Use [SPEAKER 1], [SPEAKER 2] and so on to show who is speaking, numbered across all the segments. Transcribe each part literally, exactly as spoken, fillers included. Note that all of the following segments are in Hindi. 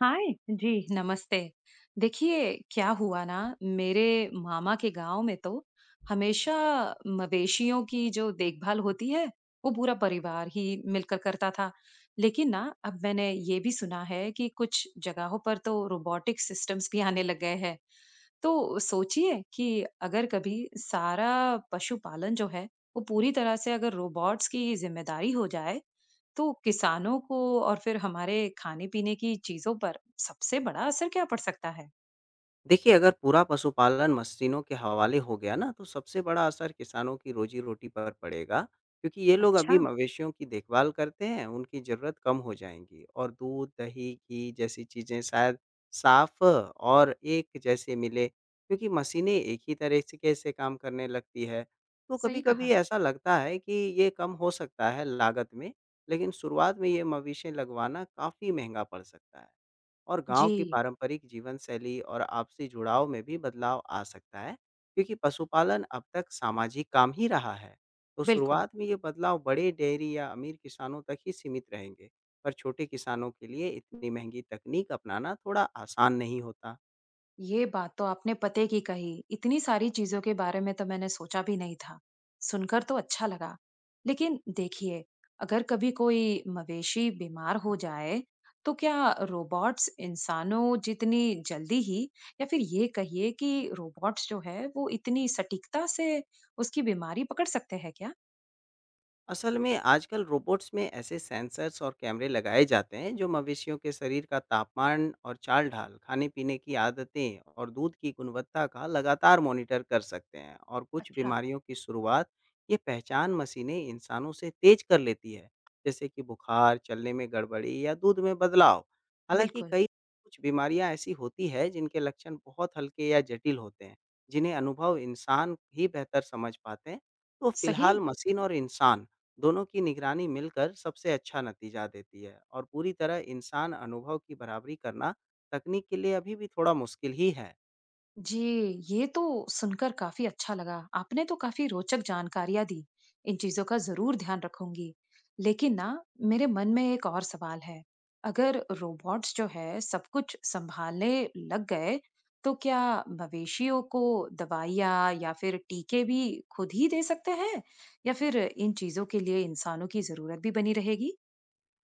[SPEAKER 1] हाय जी। नमस्ते। देखिए, क्या हुआ ना, मेरे मामा के गांव में तो हमेशा मवेशियों की जो देखभाल होती है वो पूरा परिवार ही मिलकर करता था। लेकिन ना, अब मैंने ये भी सुना है कि कुछ जगहों पर तो रोबोटिक सिस्टम्स भी आने लग गए हैं। तो सोचिए कि अगर कभी सारा पशुपालन जो है वो पूरी तरह से अगर रोबोट्स की जिम्मेदारी हो जाए, तो किसानों को और फिर हमारे खाने पीने की चीजों पर सबसे बड़ा असर क्या पड़ सकता है।
[SPEAKER 2] देखिए, अगर पूरा पशुपालन मशीनों के हवाले हो गया ना, तो सबसे बड़ा असर किसानों की रोज़ी-रोटी पर पड़ेगा, क्योंकि ये लोग
[SPEAKER 1] अच्छा।
[SPEAKER 2] अभी मवेशियों की देखभाल करते हैं, उनकी ज़रूरत कम हो जाएँगी और दूध, दही, घी जैसी चीज़ें शायद साफ़ और एक जैसे मिले, क्योंकि मशीनें एक ही तरीके से काम करने लगती है। तो
[SPEAKER 1] सही
[SPEAKER 2] कभी-कभी
[SPEAKER 1] कहा।
[SPEAKER 2] ऐसा लगता है कि ये कम हो सकता है लागत में, लेकिन शुरुआत में ये मवेशी लगवाना काफ़ी महँगा पड़ सकता है। और गांव की
[SPEAKER 1] जी।
[SPEAKER 2] पारंपरिक जीवन शैली और आपसी जुड़ाव में भी बदलाव आ सकता है क्योंकि पशुपालन अब तक सामाजिक काम ही रहा है। तो
[SPEAKER 1] बिल्कुल।
[SPEAKER 2] शुरुआत में ये बदलाव बड़े डेयरी या अमीर किसानों तक ही सीमित रहेंगे। पर छोटे किसानों के लिए इतनी महंगी तकनीक अपनाना थोड़ा आसान नहीं होता।
[SPEAKER 1] ये बात तो आपने पते की कही, इतनी सारी चीजों के बारे में तो मैंने सोचा भी नहीं था। सुनकर तो अच्छा लगा। लेकिन देखिए, अगर कभी कोई मवेशी बीमार हो जाए तो क्या रोबोट्स इंसानों जितनी जल्दी ही, या फिर ये कहिए कि रोबोट्स जो है वो इतनी सटीकता से उसकी बीमारी पकड़ सकते हैं क्या।
[SPEAKER 2] असल में आजकल रोबोट्स में ऐसे सेंसर्स और कैमरे लगाए जाते हैं जो मवेशियों के शरीर का तापमान और चाल ढाल, खाने पीने की आदतें और दूध की गुणवत्ता का लगातार मॉनिटर कर सकते हैं, और कुछ
[SPEAKER 1] अच्छा।
[SPEAKER 2] बीमारियों की शुरुआत ये पहचान मशीनें इंसानों से तेज कर लेती है, जैसे कि बुखार, चलने में गड़बड़ी या दूध में बदलाव। हालांकि
[SPEAKER 1] बिल्कुल।
[SPEAKER 2] कई कुछ बीमारियां ऐसी होती है जिनके लक्षण बहुत हल्के या जटिल होते हैं, जिन्हें अनुभव इंसान ही बेहतर समझ पाते हैं। तो
[SPEAKER 1] सही।
[SPEAKER 2] फिलहाल मशीन और इंसान दोनों की निगरानी मिलकर सबसे अच्छा नतीजा देती है, और पूरी तरह इंसान अनुभव की बराबरी करना तकनीक के लिए अभी भी थोड़ा मुश्किल ही है।
[SPEAKER 1] जी। ये तो सुनकर काफी अच्छा लगा, आपने तो काफी रोचक जानकारियां दी। इन चीजों का जरूर ध्यान रखूंगी। लेकिन ना, मेरे मन में एक और सवाल है। अगर रोबोट्स जो है सब कुछ संभालने लग गए, तो क्या मवेशियों को दवाइयाँ या फिर टीके भी खुद ही दे सकते हैं, या फिर इन चीजों के लिए इंसानों की जरूरत भी बनी रहेगी।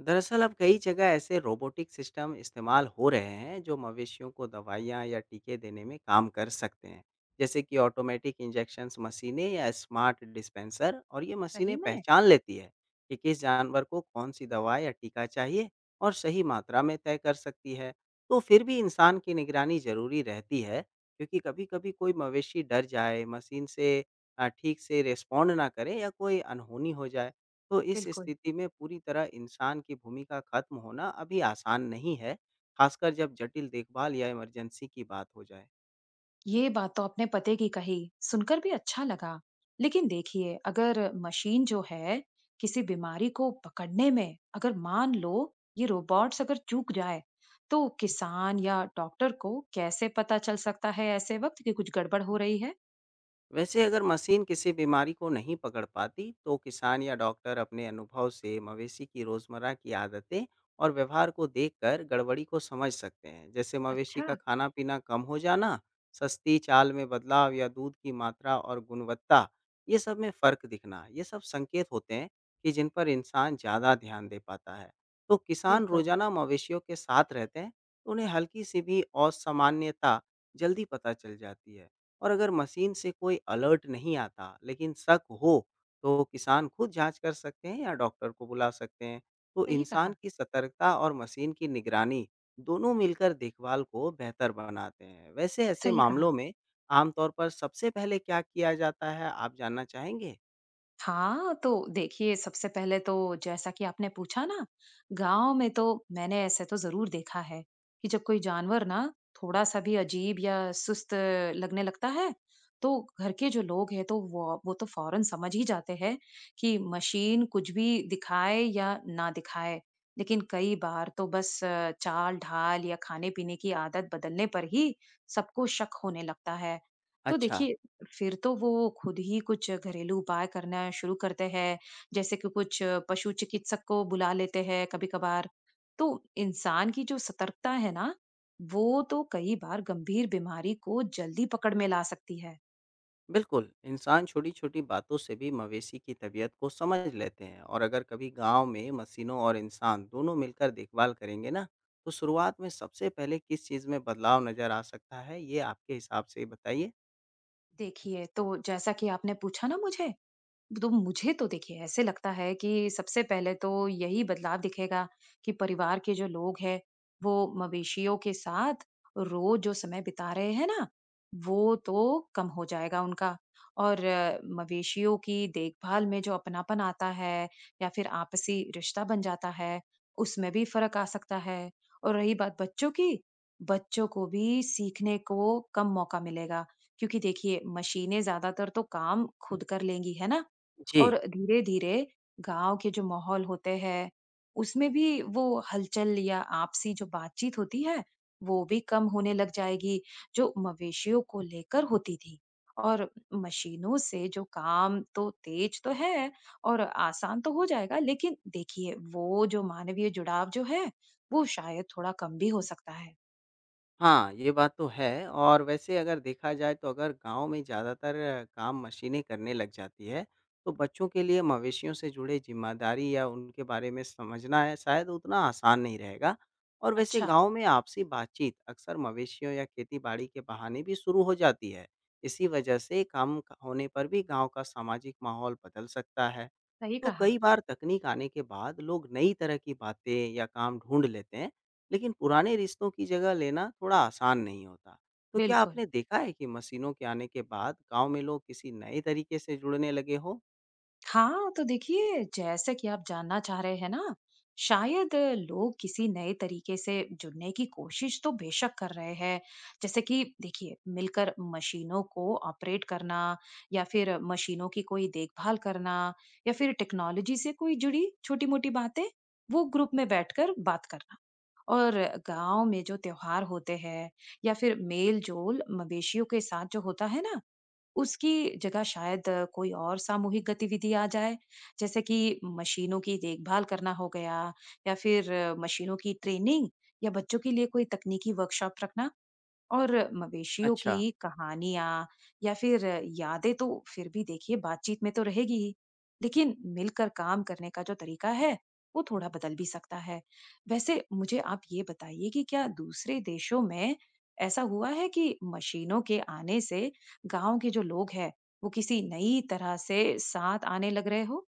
[SPEAKER 2] दरअसल अब कई जगह ऐसे रोबोटिक सिस्टम इस्तेमाल हो रहे हैं जो मवेशियों को दवाइयाँ या टीके देने में काम कर सकते हैं, जैसे कि ऑटोमेटिक इंजेक्शन मशीनें या स्मार्ट डिस्पेंसर। और ये मशीनें
[SPEAKER 1] सही में।
[SPEAKER 2] पहचान लेती है कि किस जानवर को कौन सी दवा या टीका चाहिए और सही मात्रा में तय कर सकती है। तो फिर भी इंसान की निगरानी जरूरी रहती है, क्योंकि कभी कभी कोई मवेशी डर जाए मशीन से, अ, ठीक से रिस्पॉन्ड ना करे या कोई अनहोनी हो जाए, तो इस
[SPEAKER 1] बिल्कुल।
[SPEAKER 2] स्थिति में पूरी तरह इंसान की भूमिका खत्म होना अभी आसान नहीं है, खासकर जब जटिल देखभाल या इमरजेंसी की बात हो जाए।
[SPEAKER 1] ये बात तो आपने पते की कही, सुनकर भी अच्छा लगा। लेकिन देखिए, अगर मशीन जो है किसी बीमारी को पकड़ने में अगर मान लो ये रोबोट्स अगर चूक जाए, तो किसान या डॉक्टर को कैसे पता चल सकता है ऐसे वक्त कि कुछ गड़बड़ हो रही है।
[SPEAKER 2] वैसे अगर मशीन किसी बीमारी को नहीं पकड़ पाती, तो किसान या डॉक्टर अपने अनुभव से मवेशी की रोजमर्रा की आदतें और व्यवहार को देखकर गड़बड़ी को समझ सकते हैं, जैसे मवेशी
[SPEAKER 1] अच्छा।
[SPEAKER 2] का खाना पीना कम हो जाना, सस्ती चाल में बदलाव या दूध की मात्रा और गुणवत्ता, ये सब में फर्क दिखना। ये सब संकेत होते हैं कि जिन पर इंसान ज़्यादा ध्यान दे पाता है। तो किसान
[SPEAKER 1] बिल्कुल।
[SPEAKER 2] रोजाना मवेशियों के साथ रहते हैं, तो उन्हें हल्की सी भी असामान्यता जल्दी पता चल जाती है। और अगर मशीन से कोई अलर्ट नहीं आता, लेकिन शक हो, तो किसान खुद जाँच कर सकते हैं या डॉक्टर को बुला सकते हैं। तो
[SPEAKER 1] सही
[SPEAKER 2] इंसान
[SPEAKER 1] कहा।
[SPEAKER 2] की सतर्कता और मशीन की निगरानी, दोनों मिलकर देखभाल को बेहतर बनाते हैं। वैसे ऐसे
[SPEAKER 1] सही कहा।
[SPEAKER 2] मामलों में आमतौर पर सबसे पहले क्या किया जाता है, आप जानना चाहेंगे?
[SPEAKER 1] हाँ, तो देखिए सबसे पहले तो जैसा कि आपने पूछा ना, गाँव में तो मैंने ऐसे तो ज़रूर देखा है कि जब कोई जानवर ना थोड़ा-सा भी अजीब या सुस्त लगने लगता है, तो घर के जो लोग हैं तो वो वो तो फ़ौरन समझ ही जाते हैं कि मशीन कुछ भी दिखाए या ना दिखाए। लेकिन कई बार तो बस चाल-ढाल या खाने-पीने की आदत बदलने पर ही सबको शक होने लगता है। तो
[SPEAKER 2] अच्छा।
[SPEAKER 1] देखिए, फिर तो वो खुद ही कुछ घरेलू उपाय करना शुरू करते हैं, जैसे कि कुछ पशु चिकित्सक को बुला लेते हैं कभी कभार। तो इंसान की जो सतर्कता है ना, वो तो कई बार गंभीर बीमारी को जल्दी पकड़ में ला सकती है।
[SPEAKER 2] बिल्कुल, इंसान छोटी-छोटी बातों से भी मवेशी की तबीयत को समझ लेते हैं, और अगर कभी गांव में मशीनों और इंसान दोनों मिलकर देखभाल करेंगे ना, तो शुरुआत में सबसे पहले किस चीज़ में बदलाव नज़र आ सकता है, ये आपके हिसाब से बताइए?
[SPEAKER 1] देखिए तो जैसा कि आपने पूछा ना मुझे, तो मुझे तो देखिए ऐसे लगता है कि सबसे पहले तो यही बदलाव दिखेगा कि परिवार के जो लोग हैं वो मवेशियों के साथ रोज जो समय बिता रहे हैं ना, वो तो कम हो जाएगा उनका। और अ, मवेशियों की देखभाल में जो अपनापन आता है या फिर आपसी रिश्ता बन जाता है उसमें भी फर्क आ सकता है। और रही बात बच्चों की, बच्चों को भी सीखने को कम मौका मिलेगा, क्योंकि देखिए मशीनें ज्यादातर तो काम खुद कर लेंगी है ना।
[SPEAKER 2] जी।
[SPEAKER 1] और धीरे-धीरे गाँव के जो माहौल होते हैं, उसमें भी वो हलचल या आपसी जो बातचीत होती है, वो भी कम होने लग जाएगी, जो मवेशियों को लेकर होती थी। और मशीनों से जो काम तो तेज तो है और आसान तो हो जाएगा, लेकिन देखिए वो जो मानवीय जुड़ाव जो है, वो शायद थोड़ा कम भी हो सकता है।
[SPEAKER 2] हाँ, ये बात तो है। और वैसे अगर देखा जाए, तो अगर गाँव में ज़्यादातर काम मशीनें करने लग जाती है, तो बच्चों के लिए मवेशियों से जुड़े ज़िम्मेदारी या उनके बारे में समझना है शायद उतना आसान नहीं रहेगा। और वैसे
[SPEAKER 1] अच्छा।
[SPEAKER 2] गाँव में आपसी बातचीत अक्सर मवेशियों या खेती-बाड़ी के बहाने भी शुरू हो जाती है। इसी वजह से काम क होने पर भी गाँव का सामाजिक माहौल बदल सकता है।
[SPEAKER 1] सही
[SPEAKER 2] तो
[SPEAKER 1] कहा।
[SPEAKER 2] कई बार तकनीक आने के बाद लोग नई तरह की बातें या काम ढूंढ लेते हैं, लेकिन पुराने रिश्तों की जगह लेना थोड़ा आसान नहीं होता। तो क्या
[SPEAKER 1] बिल्कुल।
[SPEAKER 2] आपने देखा है कि मशीनों के आने के बाद गांव में लोग किसी नए तरीके से जुड़ने लगे हो?
[SPEAKER 1] हाँ, तो देखिए जैसे कि आप जानना चाह रहे हैं ना, शायद अ, लोग किसी नए तरीके से जुड़ने की कोशिश तो बेशक कर रहे हैं। जैसे कि देखिए मिलकर मशीनों को ऑपरेट करना, या फिर मशीनों की कोई देखभाल करना, या फिर टेक्नोलॉजी से कोई जुड़ी छोटी-मोटी बातें, वो ग्रुप में बैठकर बात करना। और गाँव में जो त्योहार होते हैं या फिर मेल-जोल मवेशियों के साथ जो होता है ना, उसकी जगह शायद अ, कोई और सामूहिक गतिविधि आ जाए, जैसे कि मशीनों की देखभाल करना हो गया, या फिर अ, मशीनों की ट्रेनिंग या बच्चों के लिए कोई तकनीकी वर्कशॉप रखना। और मवेशियों की
[SPEAKER 2] अच्छा।
[SPEAKER 1] कहानियां या फिर यादें तो फिर भी देखिए बातचीत में तो रहेगी ही, लेकिन मिलकर काम करने का जो तरीका है वो थोड़ा बदल भी सकता है। वैसे मुझे आप ये बताइए कि क्या दूसरे देशों में ऐसा हुआ है कि मशीनों के आने से गांव के जो लोग हैं वो किसी नई तरह से साथ आने लग रहे हो।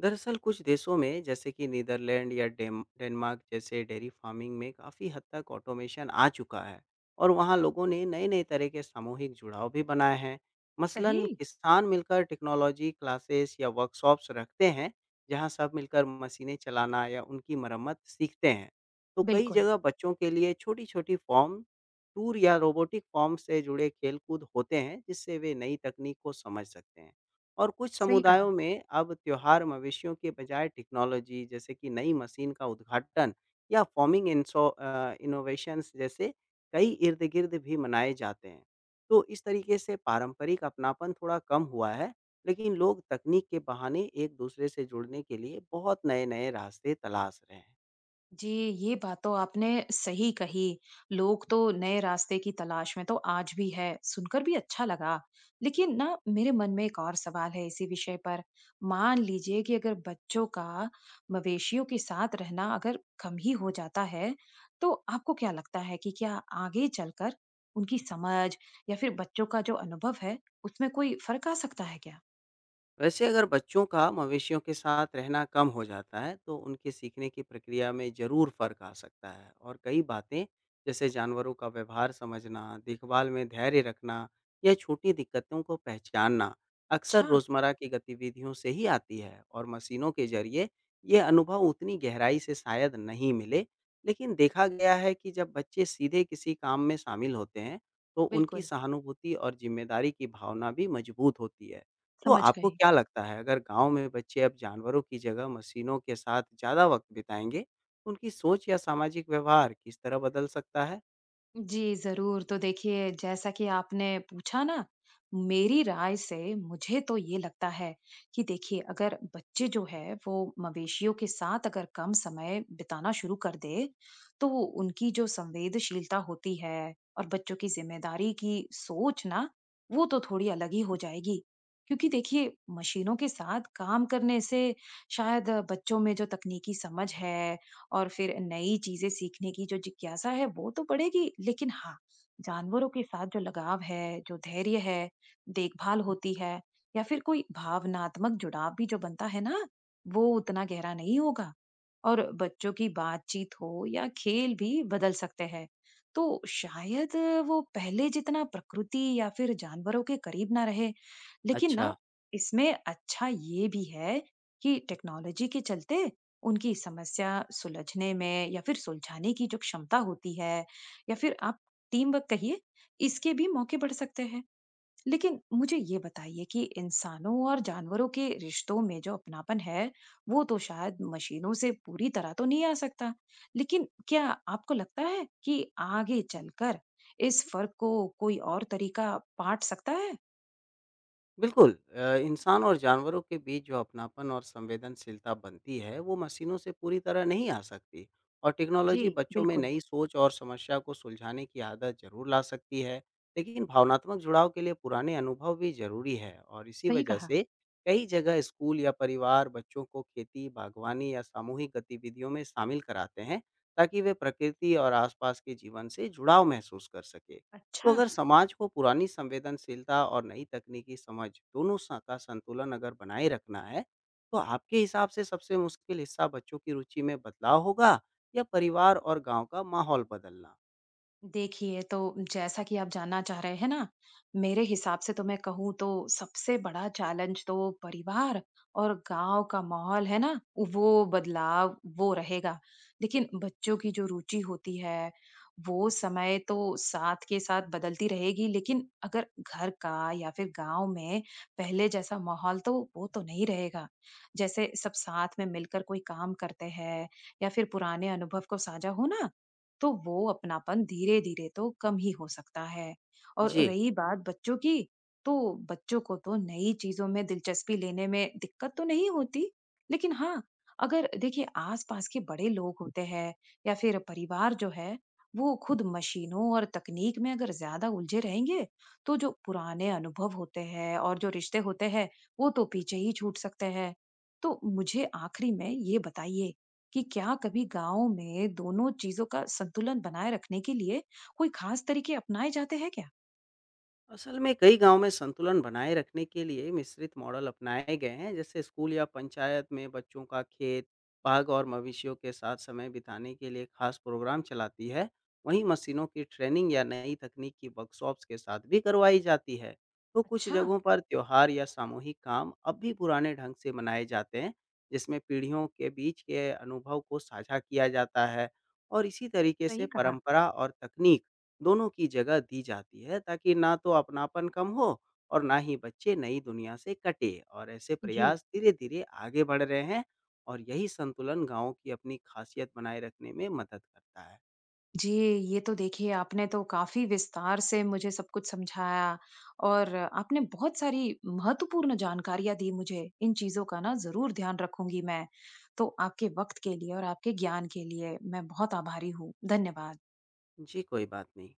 [SPEAKER 2] दरअसल कुछ देशों में, जैसे कि नीदरलैंड या डेन- डेनमार्क जैसे डेयरी फार्मिंग में काफ़ी हद तक ऑटोमेशन आ चुका है, और वहाँ लोगों ने नए नए तरह के सामूहिक जुड़ाव भी बनाए हैं। मसलन
[SPEAKER 1] सही।
[SPEAKER 2] किसान मिलकर टेक्नोलॉजी क्लासेस या वर्कशॉप्स रखते हैं जहाँ सब मिलकर मशीनें चलाना या उनकी मरम्मत सीखते हैं। तो कई
[SPEAKER 1] बिल्कुल।
[SPEAKER 2] जगह बच्चों के लिए छोटी छोटी फॉर्म टूर या रोबोटिक फॉर्म से जुड़े खेलकूद होते हैं, जिससे वे नई तकनीक को समझ सकते हैं। और कुछ
[SPEAKER 1] सही कहा।
[SPEAKER 2] समुदायों में अब त्योहार मवेशियों के बजाय टेक्नोलॉजी, जैसे कि नई मशीन का उद्घाटन या फॉर्मिंग इंसो इनोवेशंस जैसे कई इर्द गिर्द भी मनाए जाते हैं। तो इस तरीके से पारंपरिक अपनापन थोड़ा कम हुआ है, लेकिन लोग तकनीक के बहाने एक दूसरे से जुड़ने के लिए बहुत नए नए रास्ते तलाश रहे हैं।
[SPEAKER 1] जी, ये बात तो आपने सही कही। लोग तो नए रास्ते की तलाश में तो आज भी है, सुनकर भी अच्छा लगा। लेकिन ना मेरे मन में एक और सवाल है इसी विषय पर। मान लीजिए कि अगर बच्चों का मवेशियों के साथ रहना अगर कम ही हो जाता है, तो आपको क्या लगता है कि क्या आगे चलकर उनकी समझ या फिर बच्चों का जो अनुभव है, उसमें कोई फर्क आ सकता है क्या?
[SPEAKER 2] वैसे अगर बच्चों का मवेशियों के साथ रहना कम हो जाता है, तो उनके सीखने की प्रक्रिया में ज़रूर फ़र्क आ सकता है, और कई बातें जैसे जानवरों का व्यवहार समझना, देखभाल में धैर्य रखना या छोटी दिक्कतों को पहचानना अक्सर
[SPEAKER 1] अच्छा।
[SPEAKER 2] रोज़मर्रा की गतिविधियों से ही आती है, और मशीनों के ज़रिए ये अनुभव उतनी गहराई से शायद नहीं मिले। लेकिन देखा गया है कि जब बच्चे सीधे किसी काम में शामिल होते हैं, तो उनकी
[SPEAKER 1] बिल्कुल।
[SPEAKER 2] सहानुभूति और जिम्मेदारी की भावना भी मजबूत होती है। तो
[SPEAKER 1] समझ
[SPEAKER 2] आपको
[SPEAKER 1] गई।
[SPEAKER 2] क्या लगता है, अगर गाँव में बच्चे अब जानवरों की जगह मशीनों के साथ ज़्यादा वक़्त बिताएँगे, तो उनकी सोच या सामाजिक व्यवहार किस तरह बदल सकता है?
[SPEAKER 1] जी, ज़रूर। तो देखिए, जैसा कि आपने पूछा ना, मेरी राय से मुझे तो ये लगता है कि देखिए, अगर बच्चे जो हैं, वो मवेशियों के साथ अगर कम समय बिताना शुरू कर दें, तो वो उनकी जो संवेदनशीलता होती है और बच्चों की ज़िम्मेदारी की सोच ना, वो तो थोड़ी अलग ही हो जाएगी। क्योंकि देखिए, मशीनों के साथ काम करने से शायद बच्चों में जो तकनीकी समझ है और फिर नई चीजें सीखने की जो जिज्ञासा है वो तो बढ़ेगी, लेकिन हाँ, जानवरों के साथ जो लगाव है, जो धैर्य है, देखभाल होती है, या फिर कोई भावनात्मक जुड़ाव भी जो बनता है ना, वो उतना गहरा नहीं होगा। और बच्चों की बातचीत हो या खेल भी बदल सकते हैं। तो शायद वो पहले जितना प्रकृति या फिर जानवरों के करीब ना रहे। लेकिन ना,
[SPEAKER 2] अच्छा।
[SPEAKER 1] इसमें अच्छा ये भी है कि टेक्नोलॉजी के चलते उनकी समस्या सुलझने में या फिर सुलझाने की जो क्षमता होती है, या फिर आप टीम वर्क कहिए, इसके भी मौके बढ़ सकते हैं। लेकिन मुझे ये बताइए कि इंसानों और जानवरों के रिश्तों में जो अपनापन है वो तो शायद मशीनों से पूरी तरह तो नहीं आ सकता, लेकिन क्या आपको लगता है कि आगे चलकर इस फर्क को कोई और तरीका पाट सकता है।
[SPEAKER 2] बिल्कुल। अ, इंसान और जानवरों के बीच जो अपनापन और संवेदनशीलता बनती है, वो मशीनों से पूरी तरह नहीं आ सकती, और
[SPEAKER 1] जी।
[SPEAKER 2] टेक्नोलॉजी बच्चों में
[SPEAKER 1] बिल्कुल।
[SPEAKER 2] नई सोच और समस्या को सुलझाने की आदत जरूर ला सकती है। लेकिन भावनात्मक जुड़ाव के लिए पुराने अनुभव भी जरूरी है, और इसी
[SPEAKER 1] सही
[SPEAKER 2] वजह
[SPEAKER 1] कहा।
[SPEAKER 2] से कई जगह स्कूल या परिवार बच्चों को खेती बागवानी या सामूहिक गतिविधियों में शामिल कराते हैं, ताकि वे प्रकृति और आसपास के जीवन से जुड़ाव महसूस कर सके। तो
[SPEAKER 1] अच्छा।
[SPEAKER 2] अगर समाज को पुरानी संवेदनशीलता और नई तकनीकी समझ दोनों सा- का संतुलन अगर बनाए रखना है, तो आपके हिसाब से सबसे मुश्किल हिस्सा बच्चों की रुचि में बदलाव होगा या परिवार और गांव का माहौल बदलना?
[SPEAKER 1] देखिए तो जैसा कि आप जानना चाह रहे हैं ना, मेरे हिसाब से तो मैं कहूँ तो सबसे बड़ा चैलेंज तो परिवार और गांव का माहौल है ना, वो बदलाव वो रहेगा। लेकिन बच्चों की जो रुचि होती है वो समय तो साथ के साथ बदलती रहेगी, लेकिन अगर घर का या फिर गांव में पहले जैसा माहौल तो वो तो नहीं रहेगा, जैसे सब साथ में मिलकर कोई काम करते हैं या फिर पुराने अनुभव को साझा होना, तो वो अपनापन धीरे-धीरे तो कम ही हो सकता है। और
[SPEAKER 2] जी।
[SPEAKER 1] रही बात बच्चों की, तो बच्चों को तो नई चीज़ों में दिलचस्पी लेने में दिक्कत तो नहीं होती, लेकिन हाँ, अगर देखिए आस-पास के बड़े लोग होते हैं या फिर परिवार जो है, वो खुद मशीनों और तकनीक में अगर ज़्यादा उलझे रहेंगे, तो जो पुराने अनुभव होते हैं और जो रिश्ते होते हैं, वो तो पीछे ही छूट सकते हैं। तो मुझे आखिरी में ये बताइए कि क्या कभी गांव में दोनों चीजों का संतुलन बनाए रखने के लिए कोई खास तरीके अपनाए जाते हैं क्या।
[SPEAKER 2] असल में कई गांव में संतुलन बनाए रखने के लिए मिश्रित मॉडल अपनाए गए हैं, जैसे स्कूल या पंचायत में बच्चों का खेत बाग और मवेशियों के साथ समय बिताने के लिए खास प्रोग्राम चलाती है। वहीं मशीनों की ट्रेनिंग या नई तकनीक की वर्कशॉप्स के साथ भी करवाई जाती है। तो कुछ
[SPEAKER 1] अच्छा।
[SPEAKER 2] जगहों पर त्योहार या सामूहिक काम अब भी पुराने ढंग से मनाए जाते हैं, जिसमें पीढ़ियों के बीच के अनुभव को साझा किया जाता है। और इसी तरीके से
[SPEAKER 1] सही कहा।
[SPEAKER 2] परंपरा और तकनीक दोनों की जगह दी जाती है, ताकि ना तो अपनापन कम हो और ना ही बच्चे नई दुनिया से कटे, और ऐसे
[SPEAKER 1] जी।
[SPEAKER 2] प्रयास धीरे धीरे आगे बढ़ रहे हैं। और यही संतुलन गाँव की अपनी खासियत बनाए रखने में मदद करता है।
[SPEAKER 1] जी। ये तो देखिए आपने तो काफी विस्तार से मुझे सब कुछ समझाया और आपने बहुत सारी महत्वपूर्ण जानकारियां दी। मुझे इन चीजों का ना जरूर ध्यान रखूंगी मैं। तो आपके वक्त के लिए और आपके ज्ञान के लिए मैं बहुत आभारी हूँ। धन्यवाद।
[SPEAKER 2] जी, कोई बात नहीं।